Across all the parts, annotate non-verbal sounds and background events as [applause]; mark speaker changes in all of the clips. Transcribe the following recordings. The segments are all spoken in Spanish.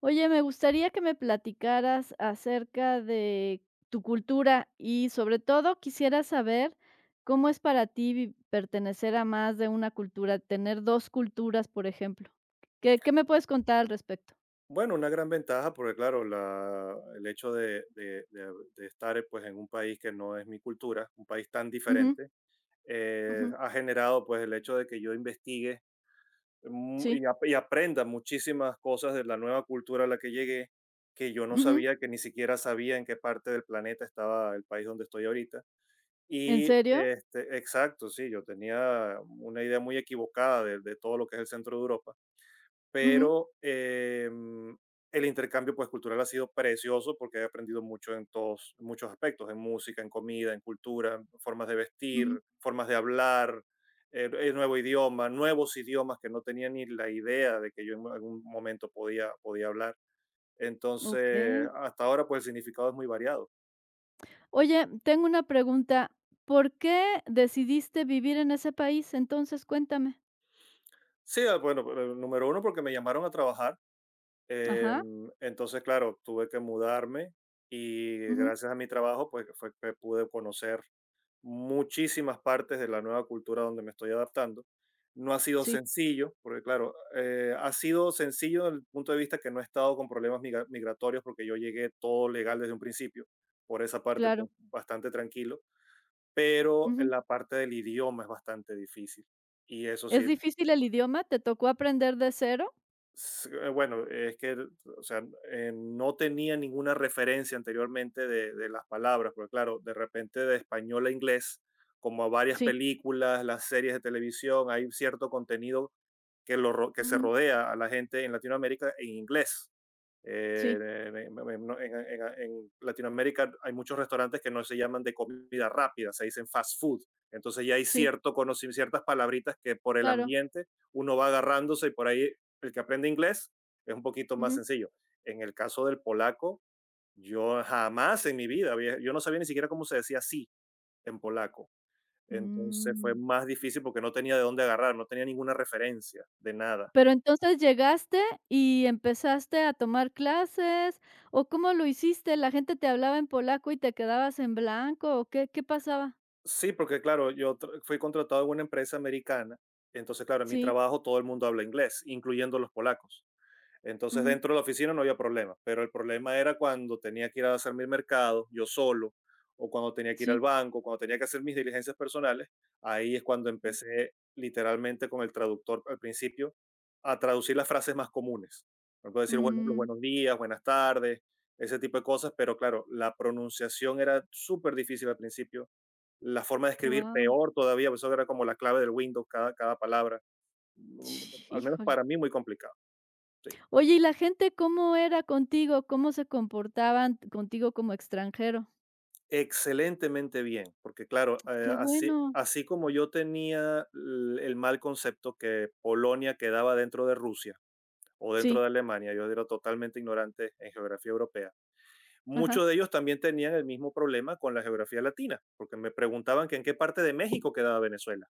Speaker 1: Oye, me gustaría que me platicaras acerca de tu cultura y sobre todo quisiera saber cómo es para ti pertenecer a más de una cultura, tener dos culturas, por ejemplo. ¿Qué me puedes contar al respecto?
Speaker 2: Bueno, una gran ventaja, porque claro, el hecho de estar pues, en un país que no es mi cultura, un país tan
Speaker 1: Ujú.
Speaker 2: diferente,
Speaker 1: Ujú.
Speaker 2: ha generado, pues, el hecho de que yo investigue mu-
Speaker 1: Sí.
Speaker 2: y, ap- y aprenda muchísimas cosas de la nueva cultura a la que llegué, que yo no
Speaker 1: Ujú.
Speaker 2: sabía, que ni siquiera sabía en qué parte del planeta estaba el país donde estoy ahorita.
Speaker 1: ¿En
Speaker 2: Y
Speaker 1: serio?
Speaker 2: este, exacto, sí, yo tenía una idea muy equivocada de todo lo que es el centro de Europa,
Speaker 1: Ujú.
Speaker 2: pero el intercambio pues cultural ha sido precioso, porque he aprendido mucho en todos, en muchos aspectos, en música, en comida, en cultura, formas de
Speaker 1: Ujú.
Speaker 2: vestir, formas de hablar, el nuevo idioma, nuevos idiomas que no tenía ni la idea de que yo en algún momento podía hablar.
Speaker 1: Ok.
Speaker 2: Entonces, hasta ahora pues el significado es muy variado.
Speaker 1: Oye, tengo una pregunta. ¿Por qué decidiste vivir en ese país? Entonces, cuéntame.
Speaker 2: Sí, ah, bueno, número uno porque me llamaron a trabajar,
Speaker 1: Ajá.
Speaker 2: entonces claro, tuve que mudarme y
Speaker 1: Ujú.
Speaker 2: gracias a mi trabajo pues fue que pude conocer muchísimas partes de la nueva cultura donde me estoy adaptando. No ha sido
Speaker 1: Sí.
Speaker 2: sencillo, porque claro, ha sido sencillo desde el punto de vista que no he estado con problemas migratorios, porque yo llegué todo legal desde un principio. Por esa parte,
Speaker 1: Claro.
Speaker 2: pues bastante tranquilo. Pero en la parte del idioma es bastante difícil. Y eso
Speaker 1: ¿Es
Speaker 2: sí.
Speaker 1: difícil el idioma? ¿Te tocó aprender de cero?
Speaker 2: Bueno, es que, o sea, no tenía ninguna referencia anteriormente de las palabras, porque claro, de repente de español a inglés, como a varias
Speaker 1: Sí.
Speaker 2: películas, las series de televisión, hay cierto contenido que se
Speaker 1: Ujú.
Speaker 2: rodea a la gente en Latinoamérica en inglés.
Speaker 1: Sí.
Speaker 2: En Latinoamérica hay muchos restaurantes que no se llaman de comida rápida, se dicen fast food. Entonces ya hay
Speaker 1: Sí.
Speaker 2: cierto conocimiento, ciertas palabritas que por el
Speaker 1: Claro.
Speaker 2: ambiente uno va agarrándose, y por ahí el que aprende inglés es un poquito más
Speaker 1: Ujú.
Speaker 2: sencillo. En el caso del polaco, yo jamás en mi vida, yo no sabía ni siquiera cómo se decía sí en polaco. Entonces fue
Speaker 1: mm,
Speaker 2: más difícil porque no tenía de dónde agarrar, no tenía ninguna referencia de nada.
Speaker 1: pero entonces llegaste y empezaste a tomar clases, ¿o cómo lo hiciste? ¿La gente te hablaba en polaco y te quedabas en blanco o qué pasaba?
Speaker 2: Sí, porque claro, yo fui contratado en una empresa americana, entonces claro, en mi
Speaker 1: Sí.
Speaker 2: trabajo todo el mundo habla inglés, incluyendo los polacos. Entonces
Speaker 1: Ujú.
Speaker 2: dentro de la oficina no había problema, pero el problema era cuando tenía que ir a hacer mi mercado yo solo, o cuando tenía que ir al
Speaker 1: Sí.
Speaker 2: banco, cuando tenía que hacer mis diligencias personales. Ahí es cuando empecé literalmente con el traductor al principio a traducir las frases más comunes. Por ejemplo, decir bueno, los
Speaker 1: Wow.
Speaker 2: buenos días, buenas tardes, ese tipo de cosas, pero claro, la pronunciación era súper difícil al principio, la forma de escribir peor todavía, pues eso era como la clave del Windows, cada palabra. Al menos
Speaker 1: Híjole.
Speaker 2: para mí, muy complicado. Sí.
Speaker 1: Oye, ¿y la gente cómo era contigo? ¿Cómo se comportaban contigo como extranjero?
Speaker 2: Excelentemente bien, porque claro,
Speaker 1: Qué bueno.
Speaker 2: así como yo tenía el mal concepto que Polonia quedaba dentro de Rusia o dentro
Speaker 1: Sí.
Speaker 2: de Alemania, yo era totalmente ignorante en geografía europea.
Speaker 1: Ajá.
Speaker 2: Muchos de ellos también tenían el mismo problema con la geografía latina, porque me preguntaban que en qué parte de México quedaba Venezuela,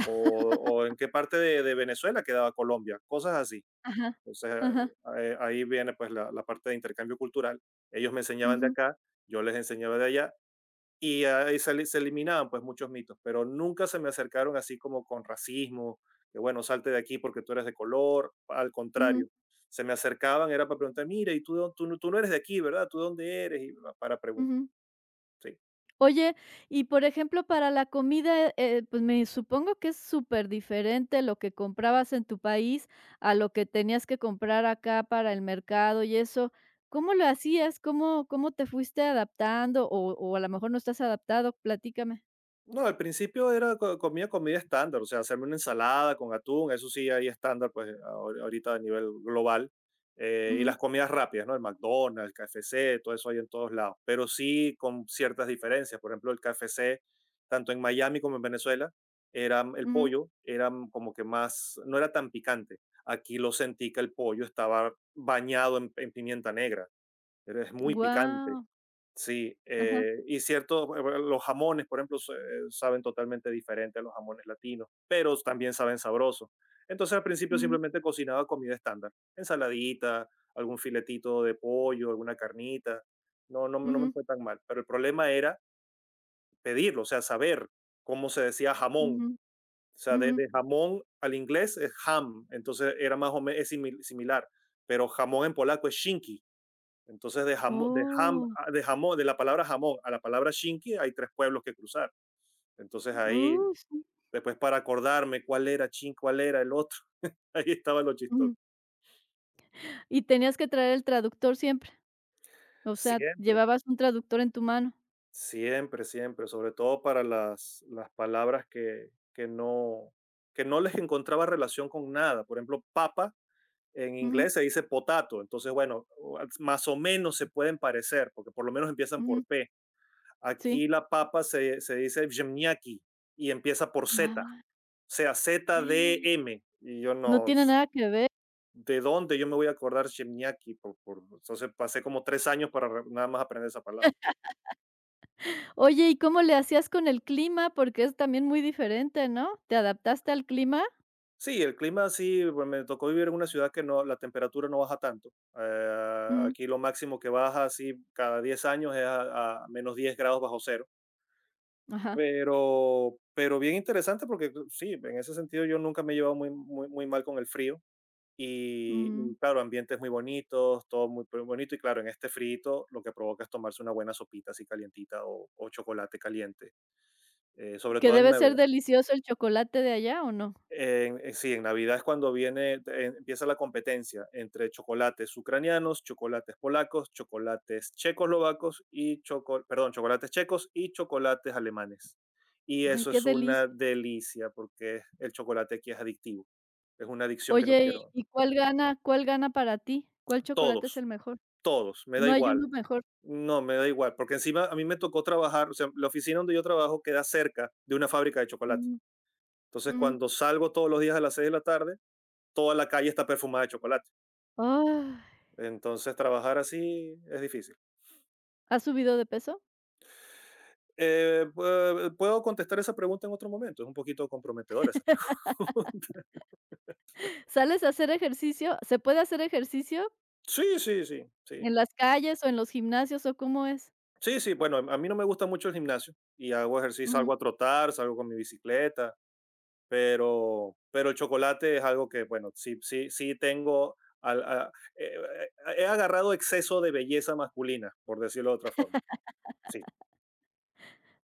Speaker 2: o en qué parte de Venezuela quedaba Colombia, cosas así.
Speaker 1: Ajá.
Speaker 2: Entonces,
Speaker 1: Ajá.
Speaker 2: ahí viene pues la parte de intercambio cultural. Ellos me enseñaban de
Speaker 1: Ujú.
Speaker 2: acá, yo les enseñaba de allá, y ahí se eliminaban pues muchos mitos, pero nunca se me acercaron así como con racismo, que bueno, salte de aquí porque tú eres de color, al
Speaker 1: Ujú.
Speaker 2: contrario. Se me acercaban era para preguntar, mira, y tú, tú, tú no eres de aquí, ¿verdad? ¿Tú de dónde eres? Y para preguntar.
Speaker 1: Ujú.
Speaker 2: Sí.
Speaker 1: Oye, y por ejemplo, para la comida, pues me supongo que es súper diferente lo que comprabas en tu país a lo que tenías que comprar acá para el mercado y eso. ¿Cómo lo hacías? ¿Cómo te fuiste adaptando? O a lo mejor no estás adaptado, platícame.
Speaker 2: No, al principio comía comida estándar, o sea, hacerme una ensalada con atún, eso sí, ahí estándar, pues ahorita a nivel global. Y las
Speaker 1: Ujú.
Speaker 2: comidas rápidas, ¿no? El McDonald's, el KFC, todo eso hay en todos lados, pero sí con ciertas diferencias. Por ejemplo, el KFC, tanto en Miami como en Venezuela, era mm, el
Speaker 1: Ujú.
Speaker 2: pollo, era mm, como que más, no era tan picante. Aquí lo sentí que el pollo estaba bañado en pimienta negra, es muy picante.
Speaker 1: Guau.
Speaker 2: Sí,
Speaker 1: Ajá.
Speaker 2: bueno, los jamones, por ejemplo, saben totalmente diferente a los jamones latinos, pero también saben sabrosos. Entonces al principio
Speaker 1: Ujú.
Speaker 2: simplemente cocinaba comida estándar, ensaladita, algún filetito de pollo, alguna carnita. No me
Speaker 1: Ujú.
Speaker 2: fue tan mal, pero el problema era pedirlo, o sea, saber cómo se decía
Speaker 1: Ujú.
Speaker 2: jamón. O sea,
Speaker 1: Ujú.
Speaker 2: de jamón al inglés es ham, entonces era más o menos similar, pero jamón en polaco es shinki. Entonces, de, jamo- de, jam-
Speaker 1: Oh,
Speaker 2: ah, de jamón, de la palabra jamón a la palabra shinki hay tres pueblos que cruzar. Entonces ahí,
Speaker 1: sí.
Speaker 2: después para acordarme cuál era chin, cuál era el otro, [laughs] ahí estaba lo chistoso.
Speaker 1: Ujú. Y tenías que traer el traductor siempre. O sea,
Speaker 2: Siempre,
Speaker 1: llevabas un traductor en tu mano.
Speaker 2: siempre, siempre, sobre todo para las palabras que no les encontraba relación con nada. Por ejemplo, papa en
Speaker 1: Ujú.
Speaker 2: inglés se dice potato. Entonces, bueno, más o menos se pueden parecer, porque por lo menos empiezan por
Speaker 1: Ujú.
Speaker 2: P.
Speaker 1: Sí.
Speaker 2: Aquí la papa se dice Vjemniaki y empieza por Z, o
Speaker 1: Ah.
Speaker 2: sea, Z D M Y yo
Speaker 1: No
Speaker 2: no,
Speaker 1: tiene nada que ver.
Speaker 2: ¿de dónde yo me voy a acordar Shemniaki? Entonces pasé como 3 años para nada más aprender esa palabra.
Speaker 1: Oye, ¿y cómo le hacías con el clima? Porque es también muy diferente, ¿no? ¿Te adaptaste al clima?
Speaker 2: Sí, el clima sí, pues, me tocó vivir en una ciudad que no, la temperatura no baja tanto.
Speaker 1: Mm.
Speaker 2: Aquí lo máximo que baja así cada 10 años es a -10 grados bajo cero.
Speaker 1: Ajá.
Speaker 2: Pero bien interesante porque pues, sí, en ese sentido yo nunca me he llevado muy, muy, muy mal con el frío.
Speaker 1: mm,
Speaker 2: Y claro, ambientes muy bonitos, todo muy, muy bonito. Y claro, en este frito lo que provoca es tomarse una buena sopita así calientita, o chocolate caliente, sobre
Speaker 1: que
Speaker 2: todo en
Speaker 1: debe ser
Speaker 2: Navidad.
Speaker 1: delicioso el chocolate de allá, ¿o no?
Speaker 2: Sí, en Navidad es cuando viene, empieza la competencia entre chocolates ucranianos, chocolates polacos, chocolates checoslovacos y perdón, chocolates checos y chocolates alemanes. Y
Speaker 1: Ay,
Speaker 2: eso
Speaker 1: qué
Speaker 2: es una
Speaker 1: delicia.
Speaker 2: delicia porque el chocolate aquí es adictivo. Es una adicción que no
Speaker 1: Oye,
Speaker 2: quiero.
Speaker 1: ¿y cuál gana para ti? ¿Cuál chocolate es
Speaker 2: Todos,
Speaker 1: el mejor?
Speaker 2: todos, me da
Speaker 1: No hay
Speaker 2: igual.
Speaker 1: uno mejor.
Speaker 2: No, me da igual, porque encima a mí me tocó trabajar, o sea, la oficina donde yo trabajo queda cerca de una fábrica de chocolate.
Speaker 1: Ujú.
Speaker 2: Entonces,
Speaker 1: Ujú.
Speaker 2: cuando salgo todos los días a las 6 de la tarde, toda la calle está perfumada de chocolate.
Speaker 1: Ay,
Speaker 2: Entonces, trabajar así es difícil.
Speaker 1: ¿has subido de peso?
Speaker 2: ¿Puedo contestar esa pregunta en otro momento? Es un poquito comprometedora esa pregunta. [laughs]
Speaker 1: [laughs] ¿Sales a hacer ejercicio? ¿Se puede hacer ejercicio
Speaker 2: Sí, sí, sí, sí.
Speaker 1: en las calles o en los gimnasios o cómo es?
Speaker 2: Sí, sí, bueno, a mí no me gusta mucho el gimnasio y hago ejercicio,
Speaker 1: Ujú.
Speaker 2: salgo a trotar, salgo con mi bicicleta, pero el chocolate es algo que, bueno, sí, sí, sí tengo, he agarrado exceso de belleza masculina, por decirlo de otra forma. Sí,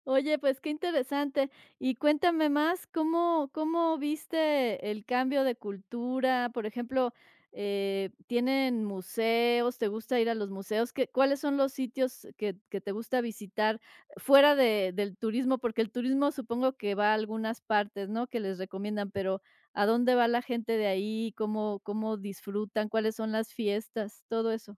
Speaker 1: Oye, pues qué interesante. Y cuéntame más, ¿cómo viste el cambio de cultura? Por ejemplo, ¿tienen museos? ¿Te gusta ir a los museos? ¿Cuáles son los sitios que te gusta visitar fuera del turismo? Porque el turismo supongo que va a algunas partes, ¿no? Que les recomiendan, pero ¿a dónde va la gente de ahí? ¿Cómo disfrutan? ¿Cuáles son las fiestas? Todo eso.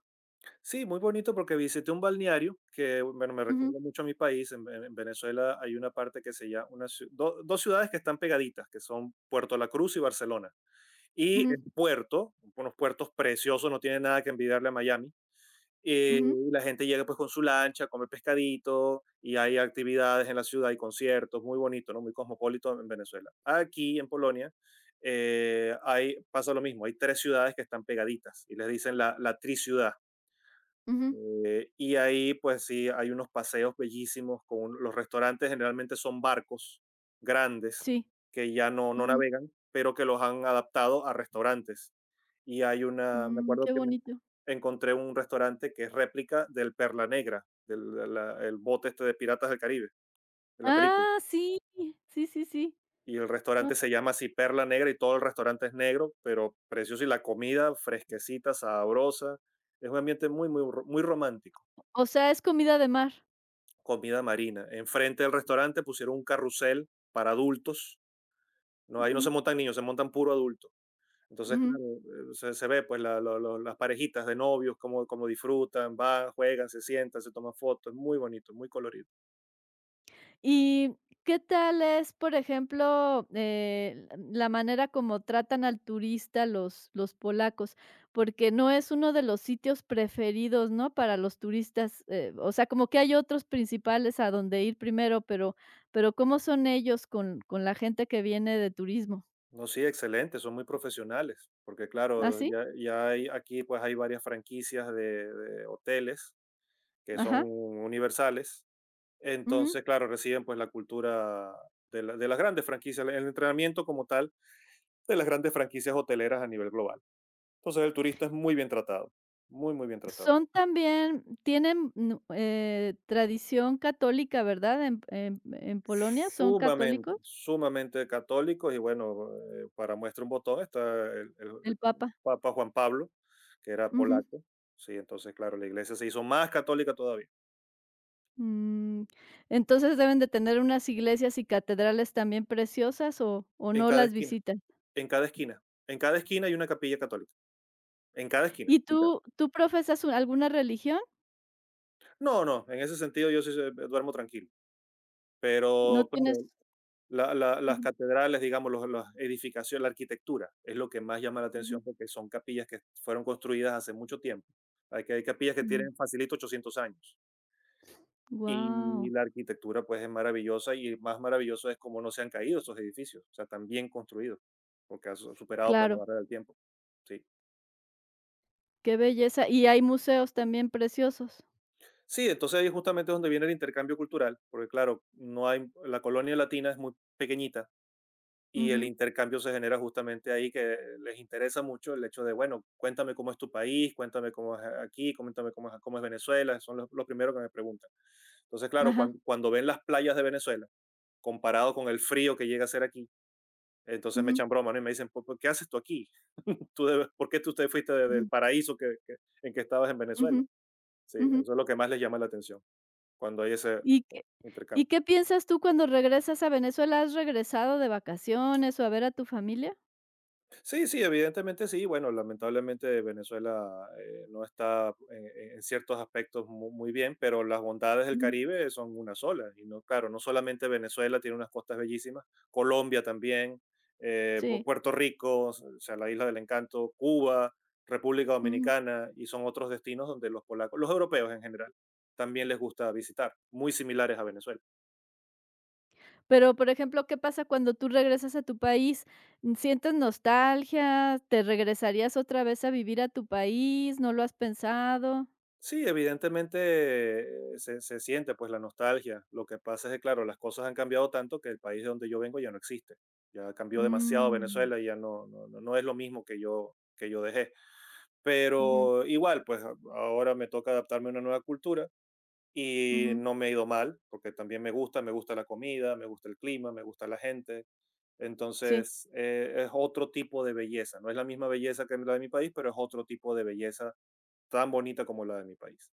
Speaker 2: sí, muy bonito porque visité un balneario que, bueno, me
Speaker 1: Ujú.
Speaker 2: recuerda mucho a mi país. En Venezuela hay una parte que se llama, dos ciudades que están pegaditas, que son Puerto La Cruz y Barcelona. Y
Speaker 1: Ujú.
Speaker 2: el puerto, unos puertos preciosos, no tiene nada que envidiarle a Miami, eh,
Speaker 1: Ujú.
Speaker 2: y la gente llega pues con su lancha, come pescadito, y hay actividades en la ciudad, hay conciertos, muy bonito, ¿no? Muy cosmopolito en Venezuela. Aquí en Polonia pasa lo mismo, hay tres ciudades que están pegaditas y les dicen la triciudad.
Speaker 1: Ujú.
Speaker 2: Y ahí, pues sí, hay unos paseos bellísimos con los restaurantes, generalmente son barcos grandes
Speaker 1: Sí.
Speaker 2: que ya no, no
Speaker 1: Ujú.
Speaker 2: navegan, pero que los han adaptado a restaurantes. Y hay una, me
Speaker 1: Mm,
Speaker 2: acuerdo
Speaker 1: qué
Speaker 2: que me
Speaker 1: bonito.
Speaker 2: encontré un restaurante que es réplica del Perla Negra, el bote este de Piratas del Caribe, de la película.
Speaker 1: Ah, sí, sí, sí, sí.
Speaker 2: Y el restaurante se llama así Perla Negra y todo el restaurante es negro, pero precioso, y la comida fresquecita, sabrosa. Es un ambiente muy, muy romántico.
Speaker 1: O sea, es comida de mar.
Speaker 2: Comida marina. Enfrente del restaurante pusieron un carrusel para adultos. No, ahí no se
Speaker 1: Ujú.
Speaker 2: montan niños, se montan puro adultos. Entonces, claro,
Speaker 1: Ujú.
Speaker 2: se ve pues las parejitas de novios, cómo, cómo disfrutan, van, juegan, se sientan, se toman fotos, es muy bonito, muy colorido.
Speaker 1: ¿Y qué tal es, por ejemplo, la manera como tratan al turista los polacos? Porque no es uno de los sitios preferidos, ¿no?, para los turistas, o sea, como que hay otros principales a donde ir primero, pero, ¿cómo son ellos con la gente que viene de turismo?
Speaker 2: No, sí, excelente, son muy profesionales, porque
Speaker 1: ¿Ah,
Speaker 2: claro,
Speaker 1: sí?
Speaker 2: ya hay, aquí pues hay varias franquicias de hoteles que son
Speaker 1: Ajá.
Speaker 2: universales, entonces, claro, reciben pues la cultura de las grandes franquicias, el entrenamiento como tal de las grandes franquicias hoteleras a nivel global. Entonces el turista es muy bien tratado, muy, muy bien tratado.
Speaker 1: Son también tienen, nu tradición católica, ¿verdad? En Polonia, ¿son
Speaker 2: Sumamente,
Speaker 1: católicos?
Speaker 2: sumamente católicos, y bueno, para muestra un botón, está el, el-
Speaker 1: El
Speaker 2: el
Speaker 1: Papa.
Speaker 2: Papa Juan Pablo, que era
Speaker 1: Ujú.
Speaker 2: polaco. Sí, entonces claro, la iglesia se hizo más católica todavía.
Speaker 1: Mm. Entonces, deben de tener unas iglesias y catedrales también preciosas, ¿o
Speaker 2: En
Speaker 1: no
Speaker 2: cada
Speaker 1: las
Speaker 2: esquina,
Speaker 1: visitan?
Speaker 2: en cada esquina, en cada esquina hay una capilla católica, en cada esquina,
Speaker 1: ¿Y
Speaker 2: literal.
Speaker 1: tú profesas alguna religión?
Speaker 2: No, no, en ese sentido yo sí duermo tranquilo,
Speaker 1: ¿No
Speaker 2: pero
Speaker 1: tienes?
Speaker 2: claro, las
Speaker 1: Wow.
Speaker 2: catedrales, digamos, las edificaciones, la arquitectura es lo que más llama la atención porque son capillas que fueron construidas hace mucho tiempo. Hay capillas que tienen facilito 800 años. Y la arquitectura, pues, es maravillosa y más maravilloso es cómo no se han caído estos edificios. O sea, están bien construidos porque han superado, pues, la
Speaker 1: Claro,
Speaker 2: barrera del tiempo. Sí,
Speaker 1: qué belleza. Y hay museos también preciosos.
Speaker 2: sí, entonces ahí justamente es donde viene el intercambio cultural, porque claro, no hay, la colonia latina es muy pequeñita, y el
Speaker 1: Ujú.
Speaker 2: intercambio se genera justamente ahí, que les interesa mucho el hecho de, bueno, cuéntame cómo es tu país, cuéntame cómo es aquí, cuéntame cómo es Venezuela, son los primeros que me preguntan. Entonces, claro,
Speaker 1: Ajá.
Speaker 2: cuando ven las playas de Venezuela, comparado con el frío que llega a ser aquí, entonces me
Speaker 1: Ujú.
Speaker 2: echan broma, ¿no? Y me dicen, "¿Por qué haces tú aquí? [laughs] ¿Por qué tú te fuiste del
Speaker 1: Ujú.
Speaker 2: paraíso en que estabas en
Speaker 1: Ujú.
Speaker 2: Venezuela?" Sí,
Speaker 1: Ujú.
Speaker 2: eso es lo que más les llama la atención, cuando hay ese,
Speaker 1: ¿Y
Speaker 2: bueno,
Speaker 1: qué y
Speaker 2: intercambio.
Speaker 1: qué piensas tú cuando regresas a Venezuela? ¿Has regresado de vacaciones o a ver a tu familia?
Speaker 2: Sí, sí, evidentemente sí. Bueno, lamentablemente Venezuela no está en ciertos aspectos muy bien, pero las bondades del
Speaker 1: Ujú.
Speaker 2: Caribe son una sola. Y no, claro, no solamente Venezuela tiene unas costas bellísimas, Colombia también,
Speaker 1: Sí.
Speaker 2: Puerto Rico, o sea, la Isla del Encanto, Cuba, República
Speaker 1: Ujú.
Speaker 2: Dominicana, y son otros destinos donde los polacos, los europeos en general, también les gusta visitar, muy similares a Venezuela.
Speaker 1: Pero, por ejemplo, ¿qué pasa cuando tú regresas a tu país? ¿Sientes nostalgia? ¿Te regresarías otra vez a vivir a tu país? ¿No lo has pensado?
Speaker 2: Sí, evidentemente se siente pues la nostalgia. Lo que pasa es que, claro, las cosas han cambiado tanto que el país de donde yo vengo ya no existe. Ya cambió demasiado
Speaker 1: Mm.
Speaker 2: Venezuela y ya no, no es lo mismo que yo dejé.
Speaker 1: Ujú.
Speaker 2: Pero igual, pues ahora me toca adaptarme a una nueva cultura y
Speaker 1: Ujú.
Speaker 2: no me he ido mal, porque también me gusta la comida, me gusta el clima, me gusta la gente.
Speaker 1: Sí.
Speaker 2: Entonces, es otro tipo de belleza. No es la misma belleza que la de mi país, pero es otro tipo de belleza tan bonita como la de mi país.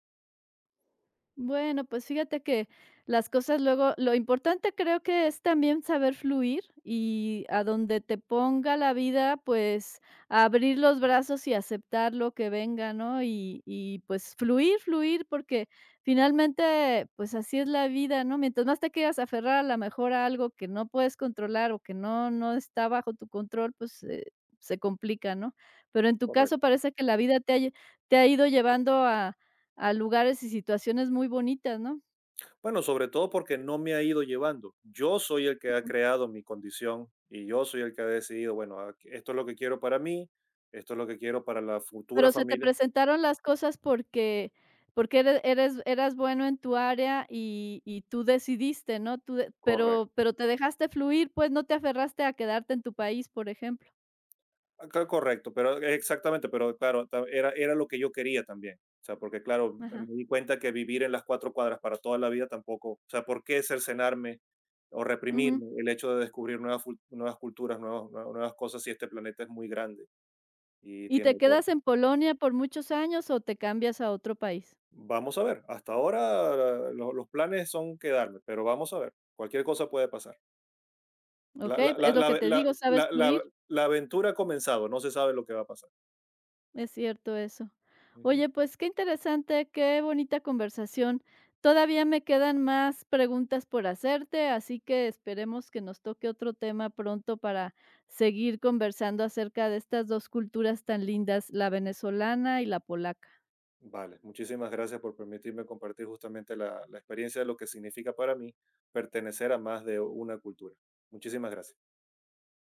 Speaker 1: Bueno, pues fíjate que las cosas luego lo importante creo que es también saber fluir y a donde te ponga la vida, pues abrir los brazos y aceptar lo que venga, ¿no? Y pues fluir, fluir, porque finalmente, pues así es la vida, ¿no? Mientras más te quieras aferrar a la mejor a algo que no puedes controlar o que no está bajo tu control, pues, se complica, ¿no? Pero en tu caso
Speaker 2: Correcto.
Speaker 1: parece que la vida te ha ido llevando a lugares y situaciones muy bonitas, ¿no?
Speaker 2: Bueno, sobre todo porque no me ha ido llevando. Yo soy el que ha
Speaker 1: Ujú.
Speaker 2: creado mi condición y yo soy el que ha decidido, bueno, esto es lo que quiero para mí, esto es lo que quiero para la futura
Speaker 1: Pero se te
Speaker 2: familia.
Speaker 1: presentaron las cosas porque eres eres eras bueno en tu área y tú decidiste, ¿no? Tú de
Speaker 2: Correcto.
Speaker 1: pero te dejaste fluir, pues, no te aferraste a quedarte en tu país, por ejemplo.
Speaker 2: Acá correcto, pero exactamente, pero claro, era lo que yo quería también. O sea, porque claro, me
Speaker 1: Ajá.
Speaker 2: me di cuenta que vivir en las cuatro cuadras para toda la vida tampoco, o sea, ¿por qué cercenarme o
Speaker 1: Ujú.
Speaker 2: reprimirme el hecho de descubrir nuevas, nuevas culturas, nuevas, nuevas cosas si este planeta es muy grande y
Speaker 1: ¿Y
Speaker 2: tiene
Speaker 1: te
Speaker 2: de todo?
Speaker 1: quedas en Polonia por muchos años o te cambias a otro país?
Speaker 2: Vamos a ver. Hasta ahora los planes son quedarme, pero vamos a ver. Cualquier cosa puede pasar.
Speaker 1: ¿Ok? Es lo que te digo, sabes fluir.
Speaker 2: La aventura ha comenzado, no se sabe lo que va a pasar.
Speaker 1: Es cierto eso.
Speaker 2: Ujú.
Speaker 1: Oye, pues qué interesante, qué bonita conversación. Todavía me quedan más preguntas por hacerte, así que esperemos que nos toque otro tema pronto para seguir conversando acerca de estas dos culturas tan lindas, la venezolana y la polaca.
Speaker 2: Vale, muchísimas gracias por permitirme compartir justamente la experiencia de lo que significa para mí pertenecer a más de una cultura. Muchísimas gracias.